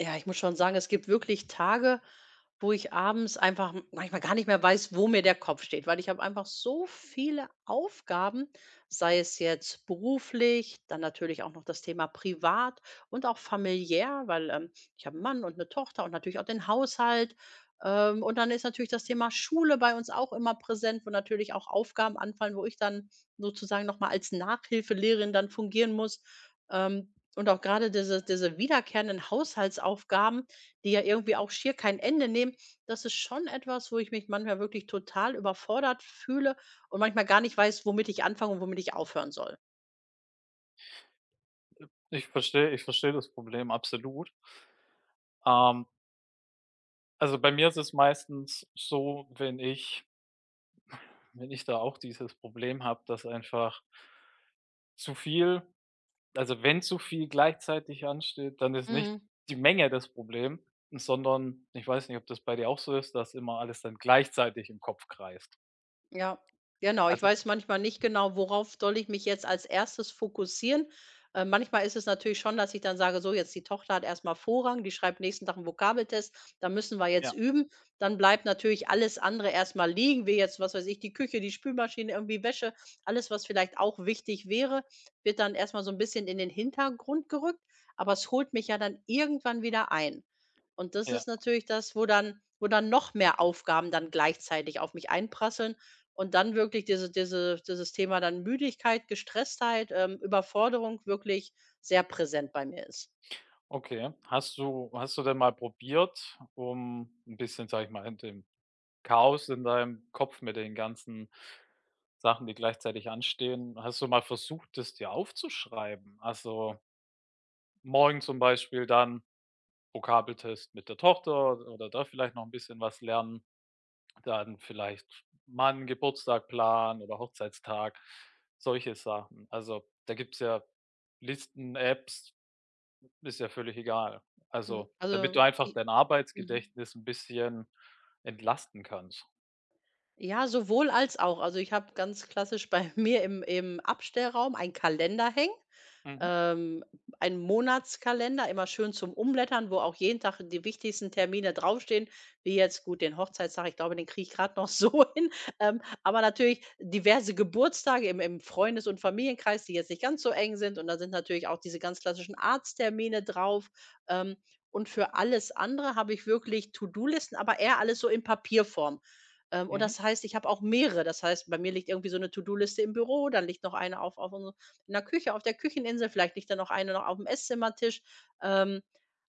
Ja, ich muss schon sagen, es gibt wirklich Tage, wo ich abends einfach m manchmal gar nicht mehr weiß, wo mir der Kopf steht, weil ich habe einfach so viele Aufgaben, sei es jetzt beruflich, dann natürlich auch noch das Thema privat und auch familiär, weil ich habe einen Mann und eine Tochter und natürlich auch den Haushalt. Und dann ist natürlich das Thema Schule bei uns auch immer präsent, wo natürlich auch Aufgaben anfallen, wo ich dann sozusagen noch mal als Nachhilfelehrerin dann fungieren muss. Ähm und auch gerade diese wiederkehrenden Haushaltsaufgaben, die ja irgendwie auch schier kein Ende nehmen, das ist schon etwas, wo ich mich manchmal wirklich total überfordert fühle und manchmal gar nicht weiß, womit ich anfangen und womit ich aufhören soll. Ich verstehe das Problem absolut. Ähm, also, bei mir ist es meistens so, wenn ich wenn ich da auch dieses Problem habe, dass einfach zu viel, also wenn zu viel gleichzeitig ansteht, dann ist nicht Mhm. die Menge das Problem, sondern ich weiß nicht, ob das bei dir auch so ist, dass immer alles dann gleichzeitig im Kopf kreist. Ja, genau. Ich Also, weiß manchmal nicht genau, worauf soll ich mich jetzt als Erstes fokussieren. Manchmal ist es natürlich schon, dass ich dann sage, so, jetzt die Tochter hat erstmal Vorrang, die schreibt nächsten Tag einen Vokabeltest, da müssen wir jetzt ja, üben. Dann bleibt natürlich alles andere erstmal liegen, wie jetzt, was weiß ich, die Küche, die Spülmaschine, irgendwie Wäsche, alles, was vielleicht auch wichtig wäre, wird dann erstmal so ein bisschen in den Hintergrund gerückt, aber es holt mich ja dann irgendwann wieder ein. Und das ja, ist natürlich das, wo dann noch mehr Aufgaben dann gleichzeitig auf mich einprasseln und dann wirklich dieses Thema dann Müdigkeit, Gestresstheit, Überforderung wirklich sehr präsent bei mir ist. okay. Hast du denn mal probiert, um ein bisschen, sage ich mal, in dem Chaos in deinem Kopf mit den ganzen Sachen, die gleichzeitig anstehen. Hast du mal versucht, das dir aufzuschreiben? Also, morgen zum Beispiel dann Vokabeltest mit der Tochter oder da vielleicht noch ein bisschen was lernen, dann vielleicht mal 'n Geburtstag planen oder Hochzeitstag, solche Sachen. Also, da gibt's ja Listen, Apps, ist ja völlig egal. Mhm. Also, damit Also du einfach I dein mhm. Arbeitsgedächtnis ein bisschen entlasten kannst. ja, sowohl als auch. Also, ich habe ganz klassisch bei mir im Abstellraum einen Kalender hängen. Mhm, ähm, einen Monatskalender, immer schön zum Umblättern, wo auch jeden Tag die wichtigsten Termine draufstehen, wie jetzt gut den Hochzeitstag, ich glaube, den kriege ich gerade noch so hin, aber natürlich diverse Geburtstage im Freundes und Familienkreis, die jetzt nicht ganz so eng sind und da sind natürlich auch diese ganz klassischen Arzttermine drauf, ähm, und für alles andere habe ich wirklich To-do-Listen, aber eher alles so in Papierform. Und mhm. das heißt, ich habe auch mehrere. Das heißt, bei mir liegt irgendwie so eine To-do-Liste im Büro, dann liegt noch eine auf in der Küche, auf der Kücheninsel, vielleicht liegt da noch eine noch auf dem Esszimmertisch. Ähm,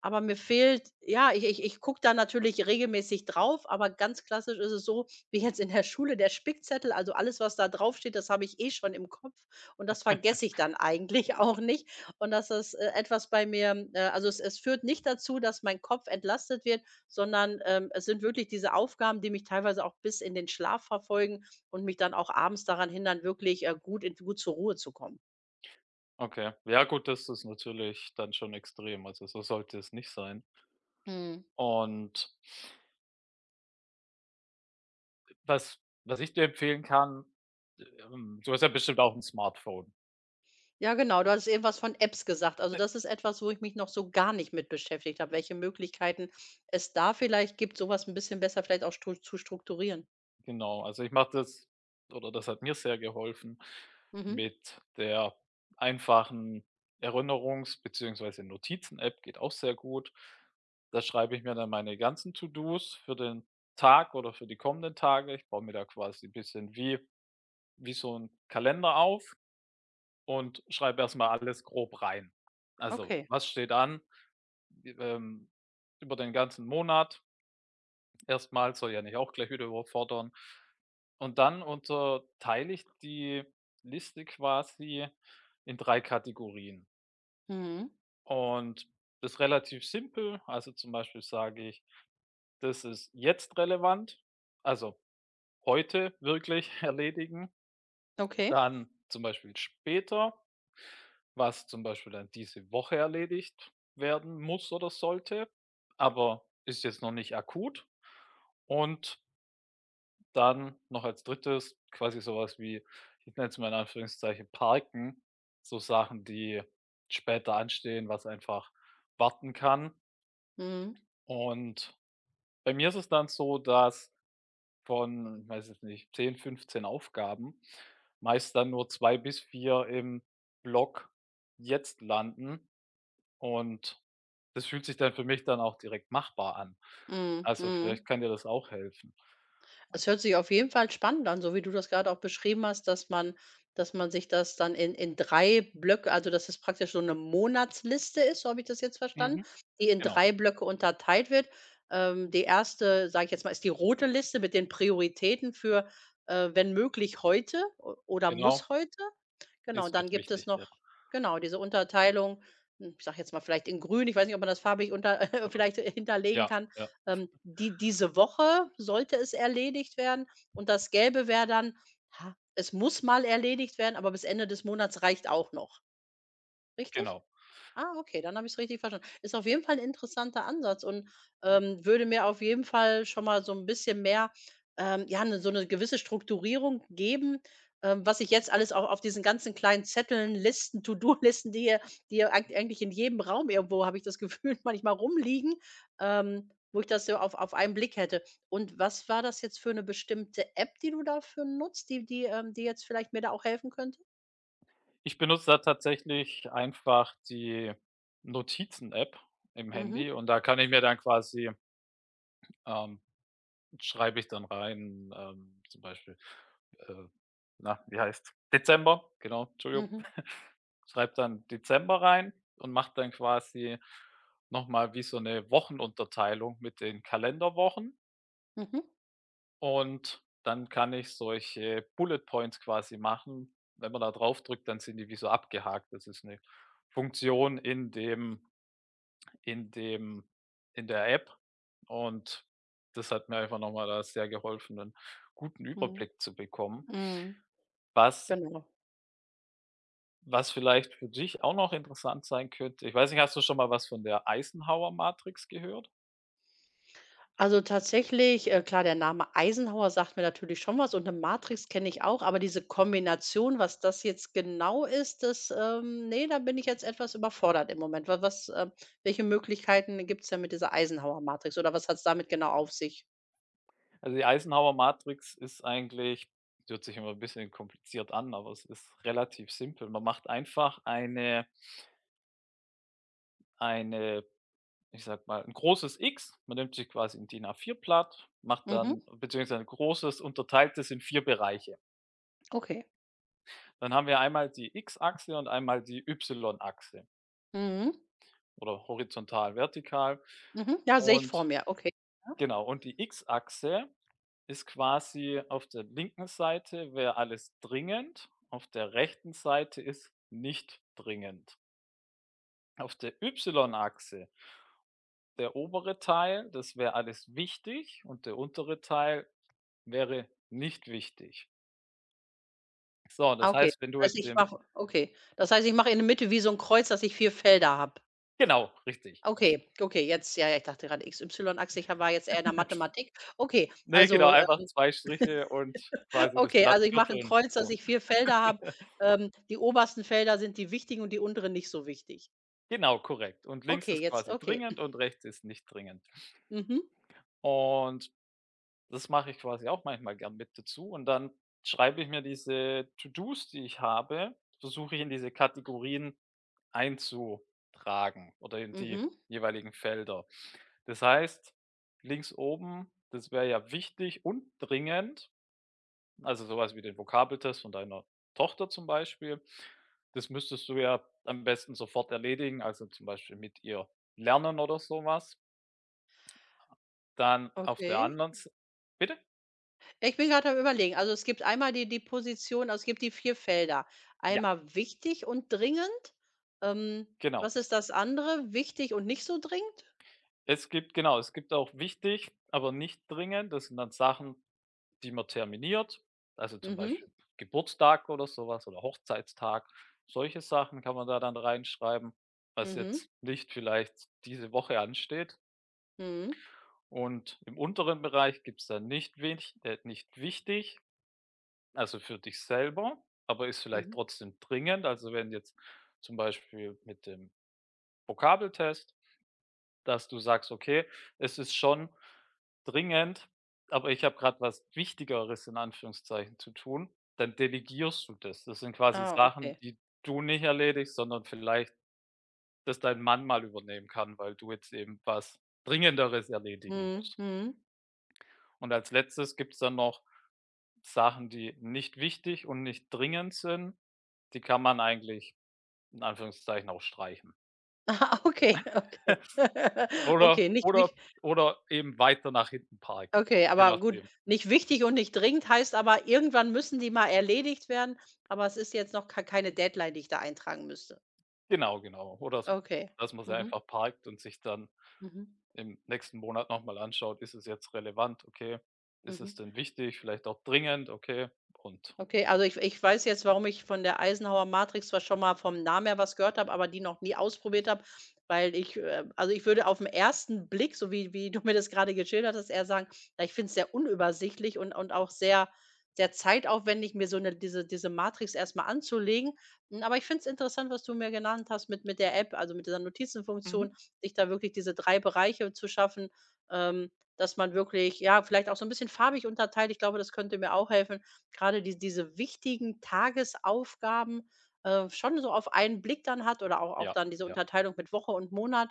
aber mir fehlt ja, ich gucke da natürlich regelmäßig drauf, aber ganz klassisch ist es so, wie jetzt in der Schule, der Spickzettel, also alles, was da draufsteht, das habe ich eh schon im Kopf und das vergesse ich dann eigentlich auch nicht. Und das ist etwas bei mir, also es führt nicht dazu, dass mein Kopf entlastet wird, sondern, es sind wirklich diese Aufgaben, die mich teilweise auch bis in den Schlaf verfolgen und mich dann auch abends daran hindern, wirklich gut zur Ruhe zu kommen. Okay. Ja gut, das ist natürlich dann schon extrem. Also, so sollte es nicht sein. Mhm. Und was was ich dir empfehlen kann, du hast ja bestimmt auch ein Smartphone. Ja, genau. Du hast eben was von Apps gesagt. Also das ist etwas, wo ich mich noch so gar nicht mit beschäftigt habe, welche Möglichkeiten es da vielleicht gibt, sowas ein bisschen besser vielleicht auch stru zu strukturieren. Genau, also, ich mache das, oder das hat mir sehr geholfen Mhm. mit der einfachen Erinnerungs bzw. Notizen-App, geht auch sehr gut. Da schreibe ich mir dann meine ganzen To-dos für den Tag oder für die kommenden Tage. Ich baue mir da quasi ein bisschen wie wie so ein Kalender auf und schreibe erst mal alles grob rein. Also, Okay. was steht an, ähm, über den ganzen Monat erst mal, soll ja nicht auch gleich wieder überfordern. Und dann unterteile ich die Liste quasi in 3 Kategorien. Mhm. Und das ist relativ simpel. Also, zum Beispiel sage ich: „Das ist jetzt relevant“, also heute wirklich erledigen, Okay. dann zum Beispiel später, was zum Beispiel dann diese Woche erledigt werden muss oder sollte, aber ist jetzt noch nicht akut. Und dann noch als Drittes quasi so was wie, ich nenne es mal in Anführungszeichen „Parken“, so Sachen, die später anstehen, was einfach warten kann. Mhm. Und bei mir ist es dann so, dass von, ich weiß jetzt nicht, 10 15 Aufgaben meist dann nur 2 bis 4 im Block „Jetzt“ landen. Und das fühlt sich dann für mich dann auch direkt machbar an. Mhm. Also, vielleicht Mhm. kann dir das auch helfen. Es hört sich auf jeden Fall spannend an, so wie du das gerade auch beschrieben hast, dass man sich das dann in 3 Blöcke also, dass es praktisch so eine Monatsliste ist, so habe ich das jetzt verstanden, Mhm, die in genau. 3 Blöcke unterteilt wird. Die erste, sage ich jetzt mal, ist die rote Liste mit den Prioritäten für, wenn möglich heute o oder Genau, muss heute. Genau, und ist dann jetzt gibt es wichtig, ja. noch genau, diese Unterteilung, ich sage jetzt mal vielleicht in grün, ich weiß nicht, ob man das farbig unter Oder vielleicht hinterlegen ja, kann. ja, Die diese Woche sollte es erledigt werden und das Gelbe wäre dann, ha, es muss mal erledigt werden, aber bis Ende des Monats reicht auch noch, richtig? genau. Ah, okay, dann habe ich es richtig verstanden. Ist auf jeden Fall ein interessanter Ansatz und würde mir auf jeden Fall schon mal so ein bisschen mehr, ja, 'ne so eine gewisse Strukturierung geben, was ich jetzt alles auch auf diesen ganzen kleinen Zetteln, Listen, To-do-Listen, die ja eigentlich in jedem Raum irgendwo, habe ich das Gefühl, manchmal rumliegen, wo ich das so auf einen Blick hätte. Und was war das jetzt für eine bestimmte App, die du dafür nutzt, die jetzt vielleicht mir da auch helfen könnte? Ich benutze da tatsächlich einfach die Notizen-App im Mhm. Handy, und da kann ich mir dann quasi, ähm schreibe ich dann rein, zum Beispiel, äh, na, wie heißt Dezember, genau, Entschuldigung. Mhm. Schreibe dann Dezember rein und mache dann quasi noch mal wie so eine Wochenunterteilung mit den Kalenderwochen, Mhm. und dann kann ich solche Bullet Points quasi machen. Wenn man da drauf drückt, dann sind die wie so abgehakt. Das ist eine Funktion in dem in dem in der App, und das hat mir einfach noch mal da sehr geholfen, einen guten Mhm. Überblick zu bekommen. Mhm. Was Genau. was vielleicht für dich auch noch interessant sein könnte, ich weiß nicht, hast du schon mal was von der Eisenhower-Matrix gehört? Also tatsächlich, klar, der Name Eisenhower sagt mir natürlich schon was und 'ne Matrix kenne ich auch, aber diese Kombination, was das jetzt genau ist, das, ne, da bin ich jetzt etwas überfordert im Moment. Welche Möglichkeiten gibt's denn mit dieser Eisenhower-Matrix oder was hat's damit genau auf sich? Also, die Eisenhower-Matrix ist eigentlich, die hört sich immer ein bisschen kompliziert an, aber es ist relativ simpel. Man macht einfach eine, ich sag mal, ein großes X. Man nimmt sich quasi 'n DIN A4-Blatt, macht Mhm, dann beziehungsweise ein großes, unterteilt es in 4 Bereiche. okay. Dann haben wir einmal die X-Achse und einmal die Y-Achse, Mhm, oder horizontal, vertikal. mhm. Ja, sehe ich vor Und mir. Okay. Ja. genau, und die X-Achse ist quasi, auf der linken Seite wäre alles dringend, auf der rechten Seite ist nicht dringend. Auf der Y-Achse, der obere Teil, das wäre alles wichtig und der untere Teil wäre nicht wichtig. So, Ah, das okay. heißt, wenn du Also, jetzt ich im, mache Okay. Das heißt, ich mache in der Mitte wie so ein Kreuz, dass ich 4 Felder habe. genau, richtig. Okay, okay, jetzt ja, ja, ich dachte gerade X, Y, Achse ich ha war jetzt eher in der Mathematik. Okay, Ne, genau, also, einfach ähm 2 Striche und quasi das okay, Blatt also, ich mache ein vierteln, Kreuz, dass so. ich 4 Felder habe. Die obersten Felder sind die wichtigen und die unteren nicht so wichtig. Genau, korrekt. Und links Okay, ist jetzt quasi okay. dringend und rechts ist nicht dringend. Mhm, Und das mache ich quasi auch manchmal gern mit dazu, und dann schreibe ich mir diese To-dos, die ich habe, versuche ich in diese Kategorien einzutragen oder in die mhm, jeweiligen Felder. Das heißt, links oben, das wäre ja wichtig und dringend, also sowas wie den Vokabeltest von deiner Tochter zum Beispiel, das müsstest du ja am besten sofort erledigen, also zum Beispiel mit ihr lernen oder so was. Dann auf der okay. anderen S, bitte? Ich bin gerade am Überlegen. Also, es gibt einmal die Position also, es gibt die 4 Felder. Ja, Einmal wichtig und dringend. Ähm, genau. was ist das andere? Wichtig und nicht so dringend? Es gibt, genau, es gibt auch wichtig, aber nicht dringend. Das sind dann Sachen, die man terminiert, also zum Mhm, Beispiel Geburtstag oder sowas oder Hochzeitstag. Solche Sachen kann man da dann reinschreiben, was mhm, jetzt nicht vielleicht diese Woche ansteht. mhm, Und im unteren Bereich gibt's dann nicht wenig nicht wichtig, also für dich selber, aber ist vielleicht mhm. trotzdem dringend. Also wenn jetzt zum Beispiel mit dem Vokabeltest, dass du sagst: „Okay, es ist schon dringend, aber ich habe gerade was Wichtigeres in Anführungszeichen zu tun.“ Dann delegierst du das. Das sind quasi Ah, Sachen, okay. die du nicht erledigst, sondern vielleicht dass dein Mann mal übernehmen kann, weil du jetzt eben was Dringenderes erledigen Mhm, musst. mhm. Und als Letztes gibt es dann noch Sachen, die nicht wichtig und nicht dringend sind. Die kann man eigentlich in Anführungszeichen auch streichen. Aha, okay, okay. Oder Okay, nicht oder wichtig. oder eben weiter nach hinten parken, Okay, je aber gut, nachdem. nicht wichtig und nicht dringend heißt aber, irgendwann müssen die mal erledigt werden, aber es ist jetzt noch k keine Deadline, die ich da eintragen müsste. Genau, genau. Oder s Okay. dass man sie Mhm. einfach parkt und sich dann Mhm. im nächsten Monat noch mal anschaut: „Ist es jetzt relevant? Okay. Ist es Mhm. denn wichtig? Vielleicht auch dringend? Okay.“ Und Okay, also ich weiß jetzt, warum ich von der Eisenhower Matrix zwar schon mal vom Namen her was gehört habe, aber die noch nie ausprobiert habe, weil ich, also ich würde aufm ersten Blick, so wie du mir das gerade geschildert hast, eher sagen, ja, ich finde es sehr unübersichtlich und auch sehr sehr zeitaufwendig, mir so eine diese diese Matrix erstmal anzulegen. Aber ich finde es interessant, was du mir genannt hast mit der App, also mit dieser Notizenfunktion, mhm, sich da wirklich diese 3 Bereiche zu schaffen, ähm, dass man wirklich, ja, vielleicht auch so ein bisschen farbig unterteilt. Ich glaube, das könnte mir auch helfen gerade diese wichtigen Tagesaufgaben, schon so auf einen Blick dann hat oder auch ja, dann diese ja. Unterteilung mit Woche und Monat.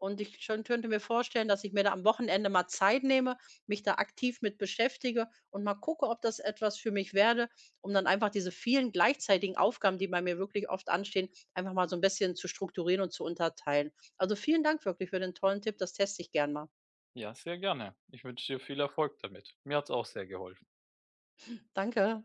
Und ich schon könnte mir vorstellen, dass ich mir da am Wochenende mal Zeit nehme, mich da aktiv mit beschäftige und mal gucke, ob das etwas für mich werde, um dann einfach diese vielen gleichzeitigen Aufgaben, die bei mir wirklich oft anstehen, einfach mal so ein bisschen zu strukturieren und zu unterteilen. Also, vielen Dank wirklich für den tollen Tipp. Das teste ich gern mal. Ja, sehr gerne. Ich wünsche dir viel Erfolg damit. Mir hat's auch sehr geholfen. Danke.